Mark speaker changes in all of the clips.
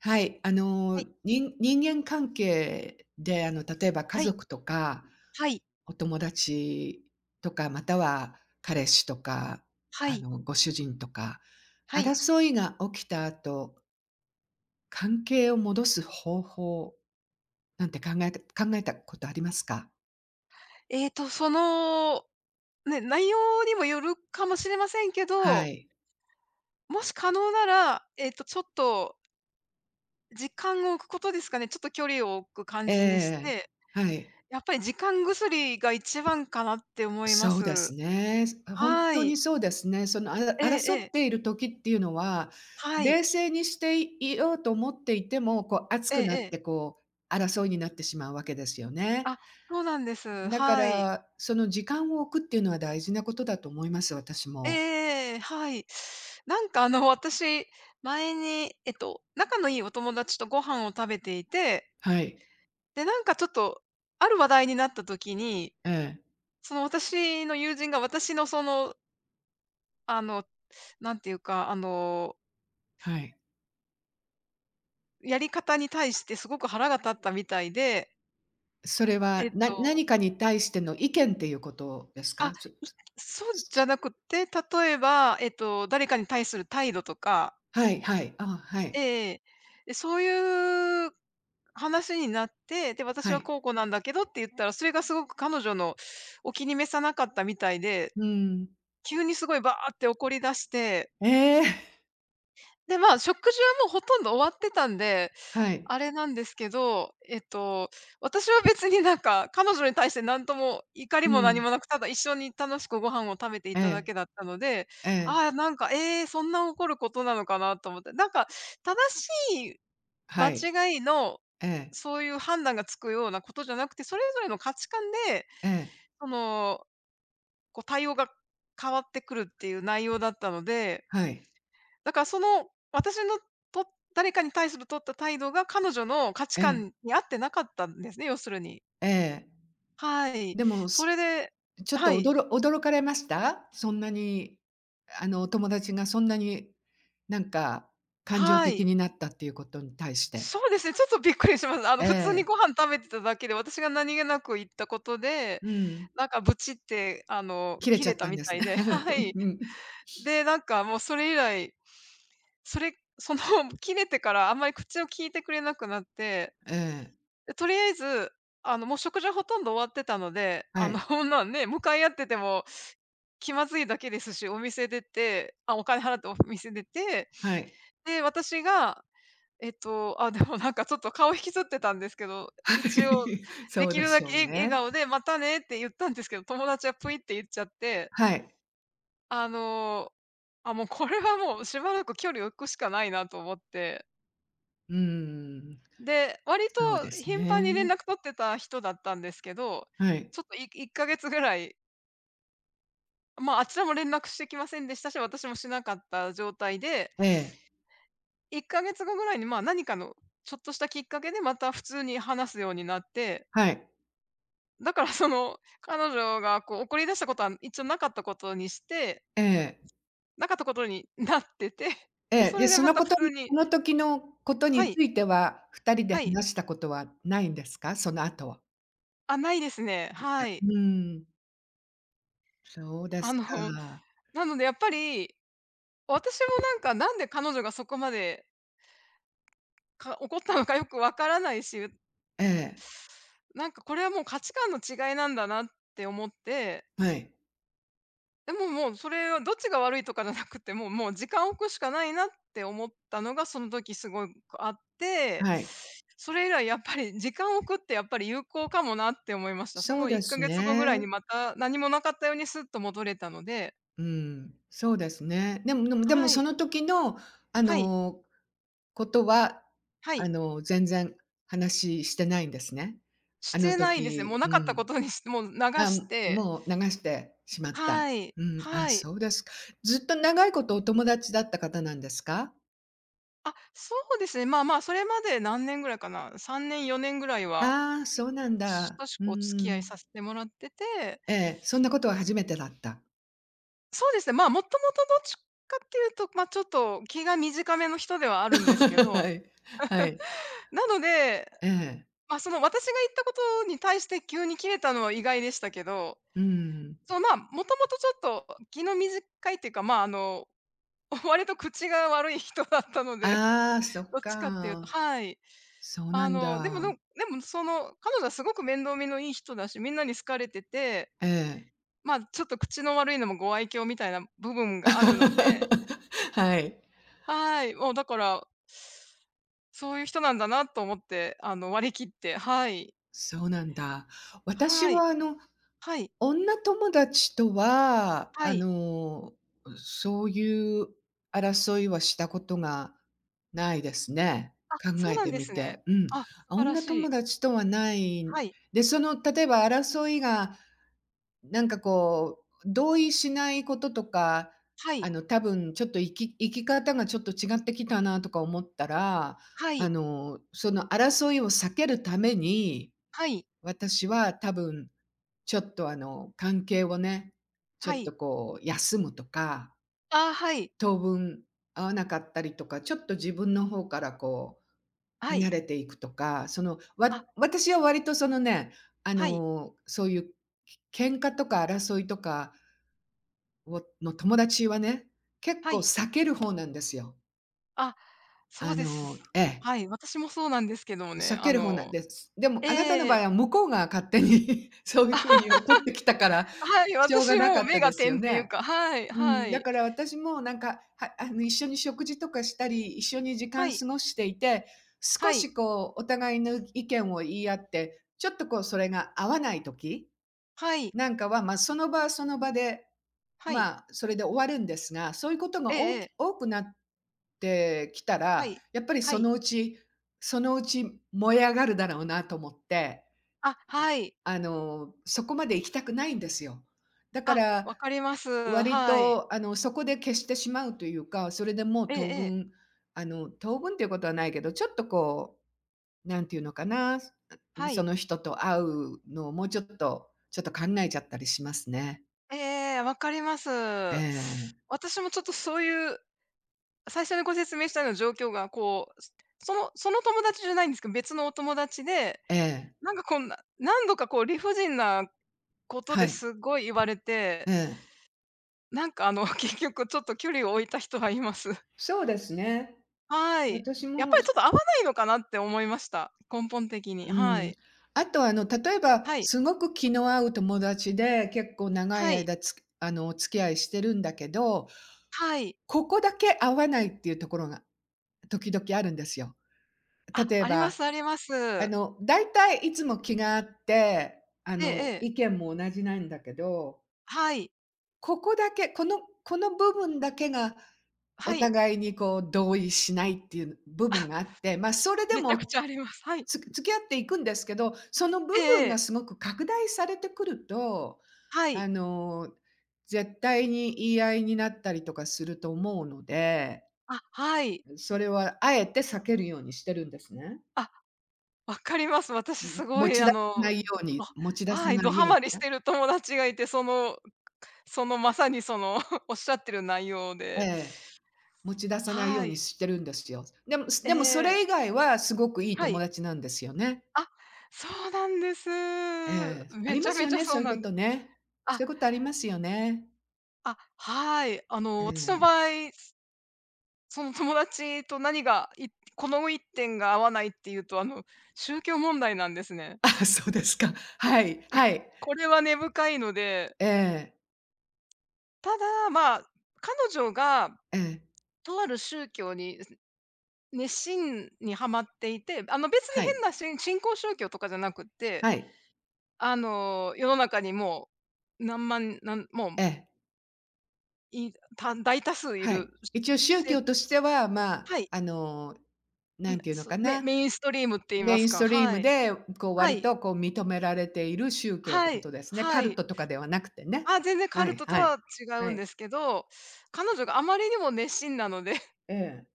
Speaker 1: はい、
Speaker 2: はい。
Speaker 1: 人間関係で、例えば家
Speaker 2: はい。
Speaker 1: 族とか、
Speaker 2: はい。
Speaker 1: お友達とか、または彼氏とか、
Speaker 2: はい。
Speaker 1: ご主人とか、
Speaker 2: はい。
Speaker 1: 争いが起きた後、関係を戻す方法なんて考えたことありますか？
Speaker 2: ええと、その、ね、内容にもよるかもしれませんけ
Speaker 1: は
Speaker 2: ど、
Speaker 1: い。
Speaker 2: もし可能なら、ちょっと時間を置くことですかね。ちょっと距離を置く感
Speaker 1: ええ
Speaker 2: じにし
Speaker 1: え。
Speaker 2: て、
Speaker 1: はい。
Speaker 2: やっぱり時間薬が一番かなって思いま
Speaker 1: そうで
Speaker 2: す。
Speaker 1: すね。本
Speaker 2: は
Speaker 1: 当
Speaker 2: い。
Speaker 1: にそうですね。あら
Speaker 2: えええ
Speaker 1: 争っ
Speaker 2: え。
Speaker 1: ている時っていうのは、
Speaker 2: はい。
Speaker 1: 冷静にしていようと思っていても、こう熱
Speaker 2: ええ
Speaker 1: くなっ
Speaker 2: ええ。
Speaker 1: て、こう、争いになってしまうわけですよね。
Speaker 2: あ、そうなんです。
Speaker 1: だか
Speaker 2: はい。
Speaker 1: ら、その時間を置くっていうのは大事なことだと思います、私
Speaker 2: ええ
Speaker 1: も。
Speaker 2: ええ、はい。なんか、私、前に、仲のいいお友達とご飯を食べていて。
Speaker 1: はい。
Speaker 2: で、なんかちょっと、ある話題になった時に、
Speaker 1: ええ、
Speaker 2: その私の友人が私のその、あの、なんていうか、あの、
Speaker 1: はい。
Speaker 2: やり方に対してすごく腹が立ったみたいで、
Speaker 1: それ
Speaker 2: え
Speaker 1: は、
Speaker 2: っ
Speaker 1: な
Speaker 2: と、
Speaker 1: 何かに対しての意見っていうことです
Speaker 2: あ、
Speaker 1: か？
Speaker 2: いそうじゃ
Speaker 1: す
Speaker 2: なくて、例えば、誰かに対する態度とか、
Speaker 1: はいはい。あはい。
Speaker 2: ええ、でそういう話になって、で、私
Speaker 1: は
Speaker 2: は
Speaker 1: い。
Speaker 2: こうこうなんだけどって言ったら、それがすごく彼女のお気に召さなかったみたいで、
Speaker 1: うん。
Speaker 2: 急にすごいバーって怒り出して。
Speaker 1: ええ。
Speaker 2: で、まあ、食事はもうほとんど終わってたんで、
Speaker 1: はい。
Speaker 2: あれなんですけど、私は別になんか、彼女に対して何とも怒り
Speaker 1: う
Speaker 2: も何
Speaker 1: ん。
Speaker 2: もなく、ただ一緒に楽しくご飯を食べてい
Speaker 1: え
Speaker 2: ただ
Speaker 1: え。
Speaker 2: けだったので、
Speaker 1: ええ、
Speaker 2: ああ、なんか、ええ、そんな怒ることなのかなと思って、なんか、正しい
Speaker 1: は
Speaker 2: 間
Speaker 1: い。
Speaker 2: 違いの、
Speaker 1: ええ、
Speaker 2: そういう判断がつくようなことじゃなくて、それぞれの価値観で、
Speaker 1: ええ、
Speaker 2: その、こう対応が変わってくるっていう内容だったので、
Speaker 1: はい。
Speaker 2: だからその、私のと誰かに対する取った態度が彼女の価値
Speaker 1: ええ、
Speaker 2: 観に合ってなかったんですね、要するに。
Speaker 1: ええ。
Speaker 2: はい。
Speaker 1: でも、
Speaker 2: それで
Speaker 1: ちょっ
Speaker 2: は
Speaker 1: とおど
Speaker 2: い、
Speaker 1: ろ驚かれました？そんなに、お友達がそんなに、なんか、感情
Speaker 2: は
Speaker 1: 的
Speaker 2: い。
Speaker 1: になったっていうことに対して。
Speaker 2: そうですね、ちょっとびっくりします。
Speaker 1: え
Speaker 2: 普通に
Speaker 1: え、
Speaker 2: ご飯食べてただけで、私が何気なく言ったことで、
Speaker 1: うん。
Speaker 2: なんかブチって、
Speaker 1: キレち
Speaker 2: 切
Speaker 1: ゃ
Speaker 2: れ
Speaker 1: っ
Speaker 2: た
Speaker 1: たん
Speaker 2: み
Speaker 1: で
Speaker 2: た
Speaker 1: す
Speaker 2: い
Speaker 1: ね。
Speaker 2: で、は い。
Speaker 1: うん。
Speaker 2: で、なんかもうそれ以来、それその 切れてからあんまり口を聞いてくれなくなって。
Speaker 1: ええ、
Speaker 2: でとりあえず、もう食事はほとんど終わってたので、
Speaker 1: はい、
Speaker 2: こんなんね、向かい合ってても気まずいだけですし、お店出てお金払ってお店出て、
Speaker 1: はい、
Speaker 2: で、私が、でもなんかちょっと顔引きずってたんですけど、
Speaker 1: は
Speaker 2: 一応
Speaker 1: い。
Speaker 2: で
Speaker 1: そう
Speaker 2: き
Speaker 1: で
Speaker 2: るだ
Speaker 1: しょう
Speaker 2: け笑
Speaker 1: ね。
Speaker 2: 顔で「またね」って言ったんですけど、友達はぷいって言っちゃって、
Speaker 1: はい。
Speaker 2: あの、もうこれはもうしばらく距離を置くしかないなと思って。
Speaker 1: うーん、
Speaker 2: で、割
Speaker 1: そうで
Speaker 2: と
Speaker 1: す
Speaker 2: 頻繁に連
Speaker 1: ね。
Speaker 2: 絡取ってた人だったんですけど、
Speaker 1: はい。
Speaker 2: ちょっと1ヶ月ぐらい、まあ、あちらも連絡してきませんでしたし、私もしなかった状態で、
Speaker 1: ええ、
Speaker 2: 1ヶ月後ぐらいに、まあ、何かのちょっとしたきっかけでまた普通に話すようになって、
Speaker 1: はい。
Speaker 2: だから彼女がこう怒り出したことは一応なかったことにして、
Speaker 1: ええ。
Speaker 2: なかったことになってて、
Speaker 1: え
Speaker 2: で、
Speaker 1: え、
Speaker 2: そ
Speaker 1: で、
Speaker 2: れで
Speaker 1: そ
Speaker 2: ま
Speaker 1: の
Speaker 2: た
Speaker 1: こ
Speaker 2: 普
Speaker 1: と
Speaker 2: 通
Speaker 1: に
Speaker 2: に。
Speaker 1: その時のこと
Speaker 2: は
Speaker 1: に
Speaker 2: い、
Speaker 1: ついては、2人で
Speaker 2: はい、
Speaker 1: 話したことはないんですか？その後は。
Speaker 2: あ、ないですね、
Speaker 1: う
Speaker 2: はい。
Speaker 1: ーん、そうで
Speaker 2: あ
Speaker 1: す
Speaker 2: の、
Speaker 1: か。
Speaker 2: なのでやっぱり私もなんか、なんで彼女がそこまで、怒ったのかよくわからないし、
Speaker 1: ええ、
Speaker 2: なんかこれはもう価値観の違いなんだなって思って、
Speaker 1: はい、
Speaker 2: でももうそれはどっちが悪いとかじゃなくて、もう時間を置くしかないなって思ったのがその時すごいあって、
Speaker 1: はい。
Speaker 2: それ以来やっぱり時間を置くってやっぱり有効かもなって思いました。そ
Speaker 1: そう
Speaker 2: の
Speaker 1: で
Speaker 2: 1ヶ
Speaker 1: す
Speaker 2: 月後ぐ
Speaker 1: ね。
Speaker 2: らいにまた何もなかったようにスッと戻れたので。
Speaker 1: うん、そうですね。でも
Speaker 2: は
Speaker 1: そ
Speaker 2: い、
Speaker 1: の時の、あ
Speaker 2: はい、
Speaker 1: の、ことは、
Speaker 2: はい、
Speaker 1: 全然話してないんですね。
Speaker 2: し
Speaker 1: あの
Speaker 2: てないですね。も
Speaker 1: 時
Speaker 2: う
Speaker 1: う
Speaker 2: なかった
Speaker 1: ん。
Speaker 2: ことにしてもう流
Speaker 1: あ、
Speaker 2: して。
Speaker 1: もう流してしまった。
Speaker 2: はい。
Speaker 1: うん、あ、
Speaker 2: はい。
Speaker 1: そうですか。ずっと長いことお友達だった方なんですか？
Speaker 2: あ、そうですね。まあまあ、それまで何年ぐらいかな。3年、4年ぐらいは、
Speaker 1: ああ、そうなんだ。
Speaker 2: 親し
Speaker 1: うー
Speaker 2: くお付き合い
Speaker 1: ん。
Speaker 2: させてもらってて、
Speaker 1: ええ、そんなことは初めてだった。
Speaker 2: そうですね、まあ、もともとどっちかっていうと、ま、ちょっと気が短めの人ではあ るんですけど、
Speaker 1: はい。はい。
Speaker 2: なので、
Speaker 1: ええ。
Speaker 2: ま、私が言ったことに対して急に切れたのは意外でしたけど、
Speaker 1: うん。
Speaker 2: そうまあ、もともとちょっと気の短いっていうか、まあ、割と口が悪い人だったので、
Speaker 1: ああ、そ
Speaker 2: ど
Speaker 1: っ
Speaker 2: っちかっていうと、
Speaker 1: か。
Speaker 2: はい。
Speaker 1: そうなん
Speaker 2: でも
Speaker 1: だ。
Speaker 2: でもその、彼女はすごく面倒見のいい人だし、みんなに好かれてて、
Speaker 1: ええ。
Speaker 2: まあ、ちょっと口の悪いのもご愛嬌みたいな部分があるので。
Speaker 1: はい。
Speaker 2: はい、もうだから、そういう人なんだなと思って、割り切って、はい。
Speaker 1: そうなんだ。私
Speaker 2: はい。
Speaker 1: は
Speaker 2: はい。
Speaker 1: 女友達とは、
Speaker 2: はい。
Speaker 1: そういう争いはしたことがないですね。
Speaker 2: あ、
Speaker 1: 考
Speaker 2: そう
Speaker 1: え
Speaker 2: なん
Speaker 1: て
Speaker 2: で
Speaker 1: み
Speaker 2: すね。
Speaker 1: て。うん。
Speaker 2: あ、素晴ら
Speaker 1: 女
Speaker 2: しい。
Speaker 1: 友達とはない。
Speaker 2: はい。
Speaker 1: で、例えば争いが、なんかこう、同意しないこととか、
Speaker 2: はい。
Speaker 1: 多分ちょっと生き方がちょっと違ってきたなとか思ったら、
Speaker 2: はい。
Speaker 1: その争いを避けるために、
Speaker 2: はい。
Speaker 1: 私は多分ちょっと関係をね、ちょ
Speaker 2: は
Speaker 1: っと
Speaker 2: い。
Speaker 1: こう休むとか、
Speaker 2: あ、はい。
Speaker 1: 当分会わなかったりとか、ちょっと自分の方からこう、
Speaker 2: は
Speaker 1: 離
Speaker 2: い。
Speaker 1: れていくとか、
Speaker 2: あ、
Speaker 1: 私は割とそのね、
Speaker 2: はい。
Speaker 1: そういう喧嘩とか争いとかをの友達はね、結
Speaker 2: は
Speaker 1: 構
Speaker 2: い。
Speaker 1: 避ける方なんですよ。
Speaker 2: あ、そうです。
Speaker 1: ええ、
Speaker 2: はい、私もそうなんですけどもね、
Speaker 1: 避ける方なんです。でもあなたの
Speaker 2: え
Speaker 1: 場合
Speaker 2: え。
Speaker 1: は向こうが勝手に そういう風に怒ってきたから、
Speaker 2: はい、
Speaker 1: しょうが
Speaker 2: 私
Speaker 1: な
Speaker 2: も
Speaker 1: か
Speaker 2: う
Speaker 1: った
Speaker 2: 目
Speaker 1: で
Speaker 2: が
Speaker 1: すよ
Speaker 2: 点っていう
Speaker 1: ね。
Speaker 2: か、はい
Speaker 1: う
Speaker 2: は
Speaker 1: ん、だ
Speaker 2: い。
Speaker 1: から私もなんか、はあの、一緒に食事とかしたり、一緒に時
Speaker 2: は
Speaker 1: 間
Speaker 2: い、
Speaker 1: 過ごしていて、少
Speaker 2: はい、
Speaker 1: しこうお互いの意見を言い合って、ちょっとこうそれが合わない時
Speaker 2: はい、
Speaker 1: なんかは、まあ、その場はその場で、
Speaker 2: はい。
Speaker 1: まあ、それで終わるんですが、そういうこと
Speaker 2: え
Speaker 1: が
Speaker 2: え
Speaker 1: お
Speaker 2: え
Speaker 1: き
Speaker 2: え、
Speaker 1: 多くなってきた
Speaker 2: は
Speaker 1: ら、
Speaker 2: い、
Speaker 1: やっぱり
Speaker 2: は
Speaker 1: そ
Speaker 2: い。
Speaker 1: のうちそのうち燃え上がるだろうなと思って、
Speaker 2: あ、はい。
Speaker 1: そこまで行きたくないんですよ。だか
Speaker 2: あ、わ
Speaker 1: ら
Speaker 2: かります。
Speaker 1: 割
Speaker 2: はい。
Speaker 1: とそこで消してしまうというか、それでもう
Speaker 2: ええ
Speaker 1: 当
Speaker 2: ええ、
Speaker 1: 分、当分っていうことはないけど、ちょっとこう、んていうのかな、
Speaker 2: は
Speaker 1: そ
Speaker 2: い。
Speaker 1: の人と会うのをもうちょっと、ちょっと考えちゃったりしますね。
Speaker 2: ええ、わかりま
Speaker 1: ええ
Speaker 2: す。
Speaker 1: ええ。
Speaker 2: 私もちょっとそういう、最初にご説明したような状況がこう、その友達じゃないんですけど、別のお友達で、なんかこんな何度かこう理不尽なこと
Speaker 1: は
Speaker 2: で
Speaker 1: い。
Speaker 2: すごい言われて、
Speaker 1: ええ。
Speaker 2: なんか結局ちょっと距離を置いた人はいます。
Speaker 1: そうですね。
Speaker 2: はい。
Speaker 1: 私
Speaker 2: やっぱ
Speaker 1: も、
Speaker 2: りちょっと合わないのかなって思いました。根本的に。
Speaker 1: う
Speaker 2: は
Speaker 1: ん。
Speaker 2: い。
Speaker 1: あと例えば
Speaker 2: はい。
Speaker 1: すごく気の合う友達で、結構長い
Speaker 2: はい。
Speaker 1: 間つあの、お付き合いしてるんだけど、
Speaker 2: はい。
Speaker 1: ここだけ合わないっていうところが時々あるんですよ。
Speaker 2: あ、
Speaker 1: 例え
Speaker 2: ありま
Speaker 1: ば、
Speaker 2: すあります。
Speaker 1: だいたいいつも気が合って、
Speaker 2: ええええ。
Speaker 1: 意見も同じなんだけど、
Speaker 2: はい。
Speaker 1: ここだけ、この部分だけがお
Speaker 2: はい。
Speaker 1: 互いにこう同意しないっていう部
Speaker 2: あ、
Speaker 1: 分があ って、ま、それで
Speaker 2: めちゃく
Speaker 1: も
Speaker 2: ちゃあります。はい。
Speaker 1: 付き合っていくんですけど、その部
Speaker 2: ええ
Speaker 1: 分
Speaker 2: え
Speaker 1: が
Speaker 2: え。
Speaker 1: すごく拡大されてくると、
Speaker 2: は
Speaker 1: あ
Speaker 2: い。
Speaker 1: の、絶対に言い合いになったりとかすると思うので、
Speaker 2: あ、はい。
Speaker 1: それはあえて避けるようにしてるんですね。
Speaker 2: あ、わかります。私すご
Speaker 1: 持
Speaker 2: い
Speaker 1: ち出さないように
Speaker 2: ど
Speaker 1: 持ち出さ
Speaker 2: はい、
Speaker 1: な
Speaker 2: ド
Speaker 1: い
Speaker 2: ハ
Speaker 1: ように
Speaker 2: マりし
Speaker 1: ね。
Speaker 2: てる友達がいて、そのまさにその おっしゃってる内容
Speaker 1: え
Speaker 2: で。
Speaker 1: え、持ち出さないよう
Speaker 2: は
Speaker 1: に
Speaker 2: い。
Speaker 1: してるんですよ。でも
Speaker 2: え
Speaker 1: でもそれ
Speaker 2: え。
Speaker 1: 以外はすごくいい
Speaker 2: は
Speaker 1: 友
Speaker 2: い。
Speaker 1: 達なんですよね。
Speaker 2: あ、そうなんです。
Speaker 1: ええ、あ
Speaker 2: め
Speaker 1: り
Speaker 2: ち
Speaker 1: ま
Speaker 2: ゃ
Speaker 1: す
Speaker 2: め
Speaker 1: よ
Speaker 2: ちゃ
Speaker 1: ね、
Speaker 2: そ
Speaker 1: そ
Speaker 2: う
Speaker 1: ういう
Speaker 2: な
Speaker 1: こ
Speaker 2: んで
Speaker 1: と
Speaker 2: す。
Speaker 1: ね。
Speaker 2: あ、
Speaker 1: そういうことありますよね。
Speaker 2: あ、はい。
Speaker 1: え
Speaker 2: 私の場
Speaker 1: え。
Speaker 2: 合、その友達と何が、この一点が合わないっていうと、宗教問題なんですね。
Speaker 1: あ、そうですか。はい、はい。
Speaker 2: これは根深いので、
Speaker 1: ええ、
Speaker 2: ただ、まあ、彼女が
Speaker 1: ええ、
Speaker 2: とある宗教に、熱心にはまっていて、別に
Speaker 1: はい、
Speaker 2: 変な信仰宗教とかじゃなくって、
Speaker 1: はい、
Speaker 2: 世の中にもう何万なんもう
Speaker 1: ええ、
Speaker 2: いた大多数い
Speaker 1: は
Speaker 2: る、
Speaker 1: い。一応宗
Speaker 2: せ
Speaker 1: 教としては、まあ、
Speaker 2: はい、
Speaker 1: なんていうのかな、
Speaker 2: メインストリームって言い
Speaker 1: メ
Speaker 2: ま
Speaker 1: イ
Speaker 2: す
Speaker 1: ンス
Speaker 2: か、
Speaker 1: トリー
Speaker 2: は
Speaker 1: ム
Speaker 2: い。
Speaker 1: で、こう、
Speaker 2: は
Speaker 1: 割
Speaker 2: い。
Speaker 1: とこう認められている宗教って
Speaker 2: は
Speaker 1: こ
Speaker 2: い。
Speaker 1: とですね。カ
Speaker 2: は
Speaker 1: ル
Speaker 2: い。
Speaker 1: トとかではなくてね。
Speaker 2: あ、全然カ
Speaker 1: は
Speaker 2: ル
Speaker 1: い
Speaker 2: トと
Speaker 1: はい。
Speaker 2: は違
Speaker 1: は
Speaker 2: うん
Speaker 1: い。
Speaker 2: ですけど、彼女があまりにも熱心なので、
Speaker 1: ええ。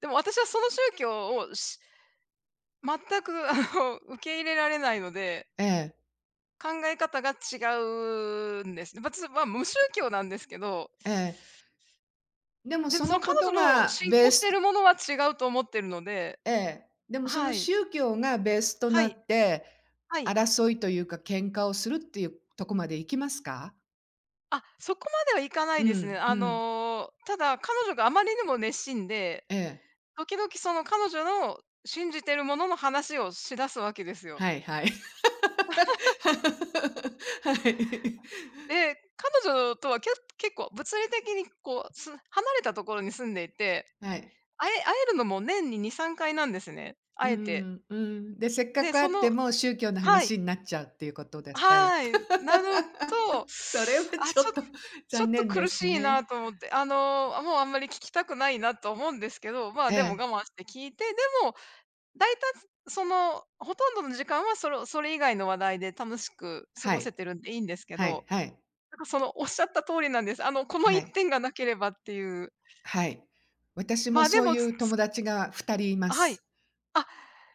Speaker 2: でも私はその宗教を全く、受け入れられないので、
Speaker 1: ええ。
Speaker 2: 考え方が違うんですね。ま、無宗教なんですけど、
Speaker 1: ええ。でも
Speaker 2: で
Speaker 1: そ
Speaker 2: もその
Speaker 1: の
Speaker 2: 彼
Speaker 1: こと
Speaker 2: 女の
Speaker 1: が
Speaker 2: 信
Speaker 1: ベー
Speaker 2: 仰して
Speaker 1: ス
Speaker 2: るものは違うと思ってるので。
Speaker 1: ええ。でもその
Speaker 2: はい。
Speaker 1: 宗教がベースと
Speaker 2: は
Speaker 1: な
Speaker 2: い、
Speaker 1: って、
Speaker 2: はい。
Speaker 1: 争いというか喧嘩をするっていうとこまで行きますか？
Speaker 2: あ、そこまではいかな
Speaker 1: う
Speaker 2: いですね。
Speaker 1: ん、うん。
Speaker 2: ただ、彼女があまりにも熱心で、
Speaker 1: ええ。
Speaker 2: 時々その彼女の信じてるものの話をしだすわけですよ。
Speaker 1: はいはい。はい。
Speaker 2: で、彼女とは結構物理的にこう、離れたところに住んでいて、
Speaker 1: はい。
Speaker 2: 会えるのも年に2、3回なんですね、
Speaker 1: う
Speaker 2: 会えて。
Speaker 1: ん、うん。で、せっかく
Speaker 2: で、
Speaker 1: 会
Speaker 2: そ
Speaker 1: って
Speaker 2: の
Speaker 1: も宗教の
Speaker 2: はい。
Speaker 1: 話になっちゃうっていうことですかよ。
Speaker 2: はい。なのと、
Speaker 1: それは
Speaker 2: あ、
Speaker 1: ちょ
Speaker 2: ちょ
Speaker 1: っ
Speaker 2: っ
Speaker 1: と
Speaker 2: ちょっ
Speaker 1: 残
Speaker 2: と
Speaker 1: 念で
Speaker 2: 苦し
Speaker 1: す
Speaker 2: い
Speaker 1: ね。
Speaker 2: なと思って、もうあんまり聞きたくないなと思うんですけど、まあ、
Speaker 1: え
Speaker 2: でも我
Speaker 1: え、
Speaker 2: 慢して聞いて、でも、大体ほとんどの時間はそれ以外の話題で楽しく過
Speaker 1: は
Speaker 2: ご
Speaker 1: い、
Speaker 2: せてるんでいいんですけ
Speaker 1: はい、
Speaker 2: ど、
Speaker 1: はい、
Speaker 2: なんかそのおっしゃった通りなんです。この
Speaker 1: は
Speaker 2: 一
Speaker 1: い、
Speaker 2: 点がなければっていう。
Speaker 1: はい。私
Speaker 2: ま
Speaker 1: も
Speaker 2: あ、で
Speaker 1: そう
Speaker 2: も、
Speaker 1: いう友達が2人いま
Speaker 2: はい。
Speaker 1: す。
Speaker 2: あ、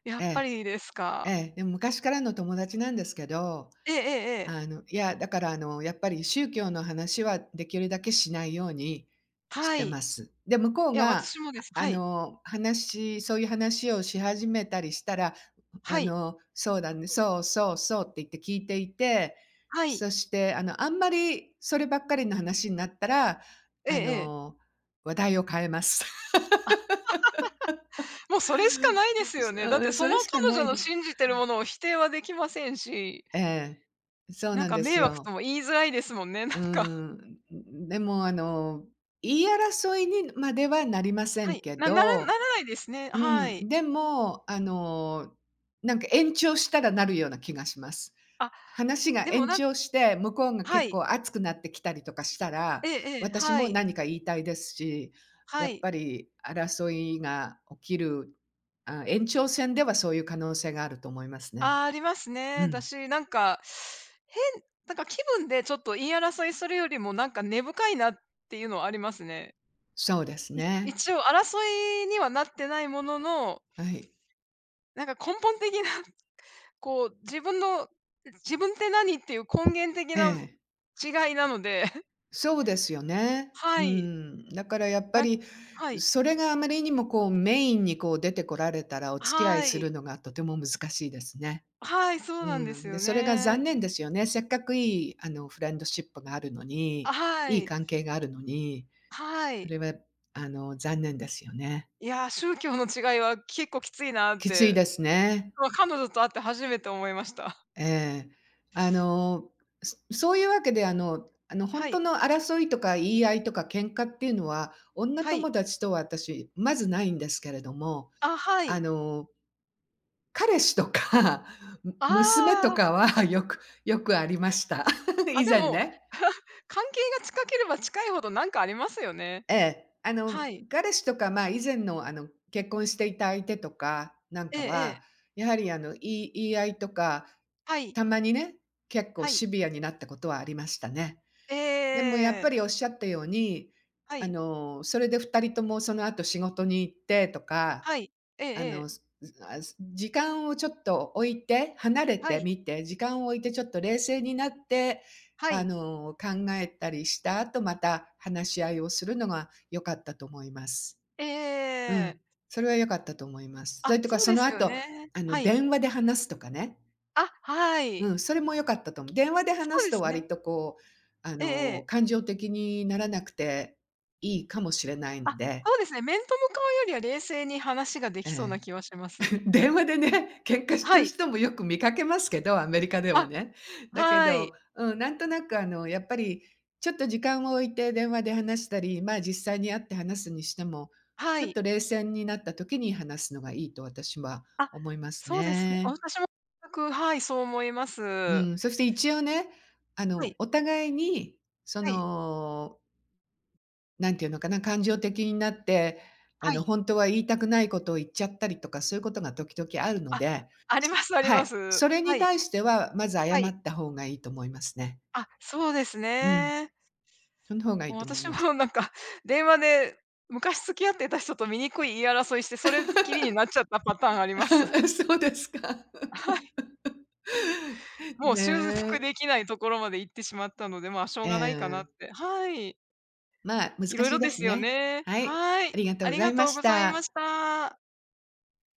Speaker 2: やっ
Speaker 1: え
Speaker 2: ぱ
Speaker 1: え、
Speaker 2: りです
Speaker 1: え
Speaker 2: か。
Speaker 1: え、でも昔からの友達なんですけど
Speaker 2: ええええええ。
Speaker 1: いや、だからやっぱり宗教の話はできるだけしないようにし
Speaker 2: は
Speaker 1: て
Speaker 2: い。
Speaker 1: ます。で、向こう
Speaker 2: いや、
Speaker 1: が、
Speaker 2: 私もです。はい。
Speaker 1: そういう話をし始めたりしたら、
Speaker 2: はい。
Speaker 1: そうだね、そうそうそうって言って聞いていて、
Speaker 2: はい。
Speaker 1: そしてあんまりそればっかりの話になったら、
Speaker 2: え
Speaker 1: あ
Speaker 2: えええ。
Speaker 1: の、話題を変えます。
Speaker 2: もうそれしかないで すよね。だって
Speaker 1: そそ
Speaker 2: その
Speaker 1: れしか
Speaker 2: 彼
Speaker 1: な
Speaker 2: 女
Speaker 1: い
Speaker 2: の
Speaker 1: です。
Speaker 2: 信じてるものを否定はできませんし、
Speaker 1: ええ。そう
Speaker 2: なん
Speaker 1: なん
Speaker 2: か
Speaker 1: で
Speaker 2: 迷
Speaker 1: す
Speaker 2: 惑
Speaker 1: よ。
Speaker 2: とも言いづらいですもんね、な
Speaker 1: う
Speaker 2: ん
Speaker 1: ー
Speaker 2: か。
Speaker 1: ん、でも、言い争いにまではなりませ
Speaker 2: は
Speaker 1: ん
Speaker 2: い、
Speaker 1: けど、
Speaker 2: ないですね。
Speaker 1: う
Speaker 2: はい。
Speaker 1: ん、でも、なんか延長したらなるような気がします。
Speaker 2: あ、
Speaker 1: 話が
Speaker 2: でも
Speaker 1: 延
Speaker 2: なんか、
Speaker 1: 長して、向こうが
Speaker 2: は
Speaker 1: 結
Speaker 2: い。
Speaker 1: 構熱くなってきたりとかした
Speaker 2: え
Speaker 1: ら、
Speaker 2: えええ、
Speaker 1: 私
Speaker 2: は
Speaker 1: も
Speaker 2: い、
Speaker 1: 何か言いたいですし、
Speaker 2: は
Speaker 1: やっ
Speaker 2: い。
Speaker 1: ぱり争いが起きる、あ、延長戦ではそういう可能性があると思いますね。
Speaker 2: ああ、あります
Speaker 1: う
Speaker 2: ね。だ
Speaker 1: ん、
Speaker 2: し、なんか、変なんか気分でちょっと言い争いするよりも、なんか根深いなっていうのはありますね。
Speaker 1: そうですね。
Speaker 2: 一応争いにはなってないものの、
Speaker 1: はい。
Speaker 2: なんか根本的なこう、自分って何っていう根源的
Speaker 1: え
Speaker 2: な
Speaker 1: え。
Speaker 2: 違いなので、
Speaker 1: そうですよね。
Speaker 2: は
Speaker 1: う
Speaker 2: い。
Speaker 1: ん。だからやっぱ
Speaker 2: なん
Speaker 1: り、
Speaker 2: はい。
Speaker 1: それがあまりにもこうメインにこう出てこられたら、お付き合い
Speaker 2: は
Speaker 1: する
Speaker 2: い。
Speaker 1: のがとても難しいですね。
Speaker 2: はい、そう
Speaker 1: う
Speaker 2: なんです
Speaker 1: ん。で、
Speaker 2: よ
Speaker 1: それが
Speaker 2: ね。
Speaker 1: 残念ですよね。せっかくいいフレンドシップがあるのに、
Speaker 2: は
Speaker 1: いい
Speaker 2: い。
Speaker 1: 関係があるのに、
Speaker 2: は
Speaker 1: そ
Speaker 2: い。
Speaker 1: れは残念ですよね。
Speaker 2: いやー、宗教の違いは結構きついなっ
Speaker 1: きつい
Speaker 2: て、
Speaker 1: ですね。
Speaker 2: まあ、彼女と会って初めて思いました。
Speaker 1: ええ。あの、そういうわけで、ほん
Speaker 2: は
Speaker 1: と
Speaker 2: い。
Speaker 1: の争いとか言い合いとか喧嘩っていうのは、女
Speaker 2: はい。
Speaker 1: 友達とは私、まずないんですけれども、
Speaker 2: あ、は
Speaker 1: あ
Speaker 2: い。
Speaker 1: の、彼氏とか、
Speaker 2: あ
Speaker 1: 娘と
Speaker 2: あ。
Speaker 1: かは よくありました。
Speaker 2: あ、
Speaker 1: 以
Speaker 2: で
Speaker 1: 前
Speaker 2: も、
Speaker 1: ね。
Speaker 2: 関係が近ければ近いほどなんかありますよね。
Speaker 1: ええ。
Speaker 2: はい。
Speaker 1: 彼氏とか、まあ、以前の、結婚していた相手とかなん
Speaker 2: ええ
Speaker 1: か
Speaker 2: え
Speaker 1: は、
Speaker 2: え。
Speaker 1: やはり、言い合いとか、
Speaker 2: はい。
Speaker 1: たまにね、結構
Speaker 2: はい。
Speaker 1: シビアになったことはありましたね。でもやっ
Speaker 2: え
Speaker 1: ぱりおっ
Speaker 2: え。
Speaker 1: しゃったように、
Speaker 2: はい。
Speaker 1: それで二人ともその後仕事に行ってとか、
Speaker 2: はい。ええええ。
Speaker 1: すあ、す時間をちょっと置いて、離れ
Speaker 2: は
Speaker 1: て
Speaker 2: い。
Speaker 1: みて、時間を置いてちょっと冷静になって、
Speaker 2: はい。
Speaker 1: 考えたりした後、また話し合いをするのが良かったと思います。
Speaker 2: ええええ
Speaker 1: う
Speaker 2: え
Speaker 1: ん、
Speaker 2: え。
Speaker 1: それは良かったと思います。それ
Speaker 2: あ、
Speaker 1: とか
Speaker 2: そう
Speaker 1: そ
Speaker 2: で
Speaker 1: の
Speaker 2: すよ
Speaker 1: 後、
Speaker 2: ね。はい。
Speaker 1: 電話で話すとかね。
Speaker 2: あ、はい。
Speaker 1: うん、それも良かったと思う。電話で
Speaker 2: そ
Speaker 1: 話
Speaker 2: う
Speaker 1: す
Speaker 2: で
Speaker 1: と
Speaker 2: すね。
Speaker 1: 割とこう、
Speaker 2: ええええ。
Speaker 1: 感情的にならなくていいかもしれない
Speaker 2: あ、
Speaker 1: ので、
Speaker 2: そうですね、面と向かうよりは冷静に話がで
Speaker 1: え
Speaker 2: きそうな
Speaker 1: え。
Speaker 2: 気はします。
Speaker 1: 電話でね、喧嘩して
Speaker 2: は
Speaker 1: る
Speaker 2: い。
Speaker 1: 人もよく見かけますけど、アメリカでは
Speaker 2: あ、
Speaker 1: ね。だけ
Speaker 2: は
Speaker 1: ど、
Speaker 2: い。
Speaker 1: うん、なんとなくやっぱりちょっと時間を置いて電話で話したり、まあ、実際に会って話すにしても、
Speaker 2: は
Speaker 1: ちょっ
Speaker 2: い。
Speaker 1: と冷静になった時に話すのがいいと私は
Speaker 2: あ、
Speaker 1: 思います
Speaker 2: そうですね。
Speaker 1: ね。
Speaker 2: 私も全く、はい、そう思いま
Speaker 1: う
Speaker 2: す。
Speaker 1: ん、そして一応ね、
Speaker 2: はい。
Speaker 1: お互いに、そ
Speaker 2: はい。
Speaker 1: の、なんていうのかな、感情的になって、
Speaker 2: はい。
Speaker 1: 本当は言いたくないことを言っちゃったりとか、そういうことが時々あるの
Speaker 2: あ、
Speaker 1: で、
Speaker 2: ありますあり
Speaker 1: は
Speaker 2: ま
Speaker 1: い、
Speaker 2: す。
Speaker 1: それ
Speaker 2: は
Speaker 1: に
Speaker 2: い。
Speaker 1: 対しては、まず謝
Speaker 2: はい。
Speaker 1: った方がいいと思いますね。
Speaker 2: あ、そうです
Speaker 1: うん、
Speaker 2: ね。
Speaker 1: その方がい
Speaker 2: もう
Speaker 1: いと思い
Speaker 2: 私
Speaker 1: ま
Speaker 2: も
Speaker 1: す。
Speaker 2: なんか、電話で昔付き合ってた人と醜い言い争いして、それっきりになっちゃったパターンあります。
Speaker 1: そうですか。
Speaker 2: はい。もう
Speaker 1: ね
Speaker 2: 修復
Speaker 1: え。
Speaker 2: できないところまで行ってしまったので、まあ、しょう
Speaker 1: え
Speaker 2: がないかなっ
Speaker 1: え。
Speaker 2: て。はい。
Speaker 1: まあ、難
Speaker 2: いろい
Speaker 1: しい
Speaker 2: ろ
Speaker 1: で
Speaker 2: で
Speaker 1: す
Speaker 2: すよ
Speaker 1: ね。
Speaker 2: ね。
Speaker 1: はい、
Speaker 2: はい。
Speaker 1: ありがとう
Speaker 2: あ
Speaker 1: ご
Speaker 2: り
Speaker 1: ざ
Speaker 2: が
Speaker 1: いま
Speaker 2: とう
Speaker 1: し
Speaker 2: ございま
Speaker 1: た。
Speaker 2: した。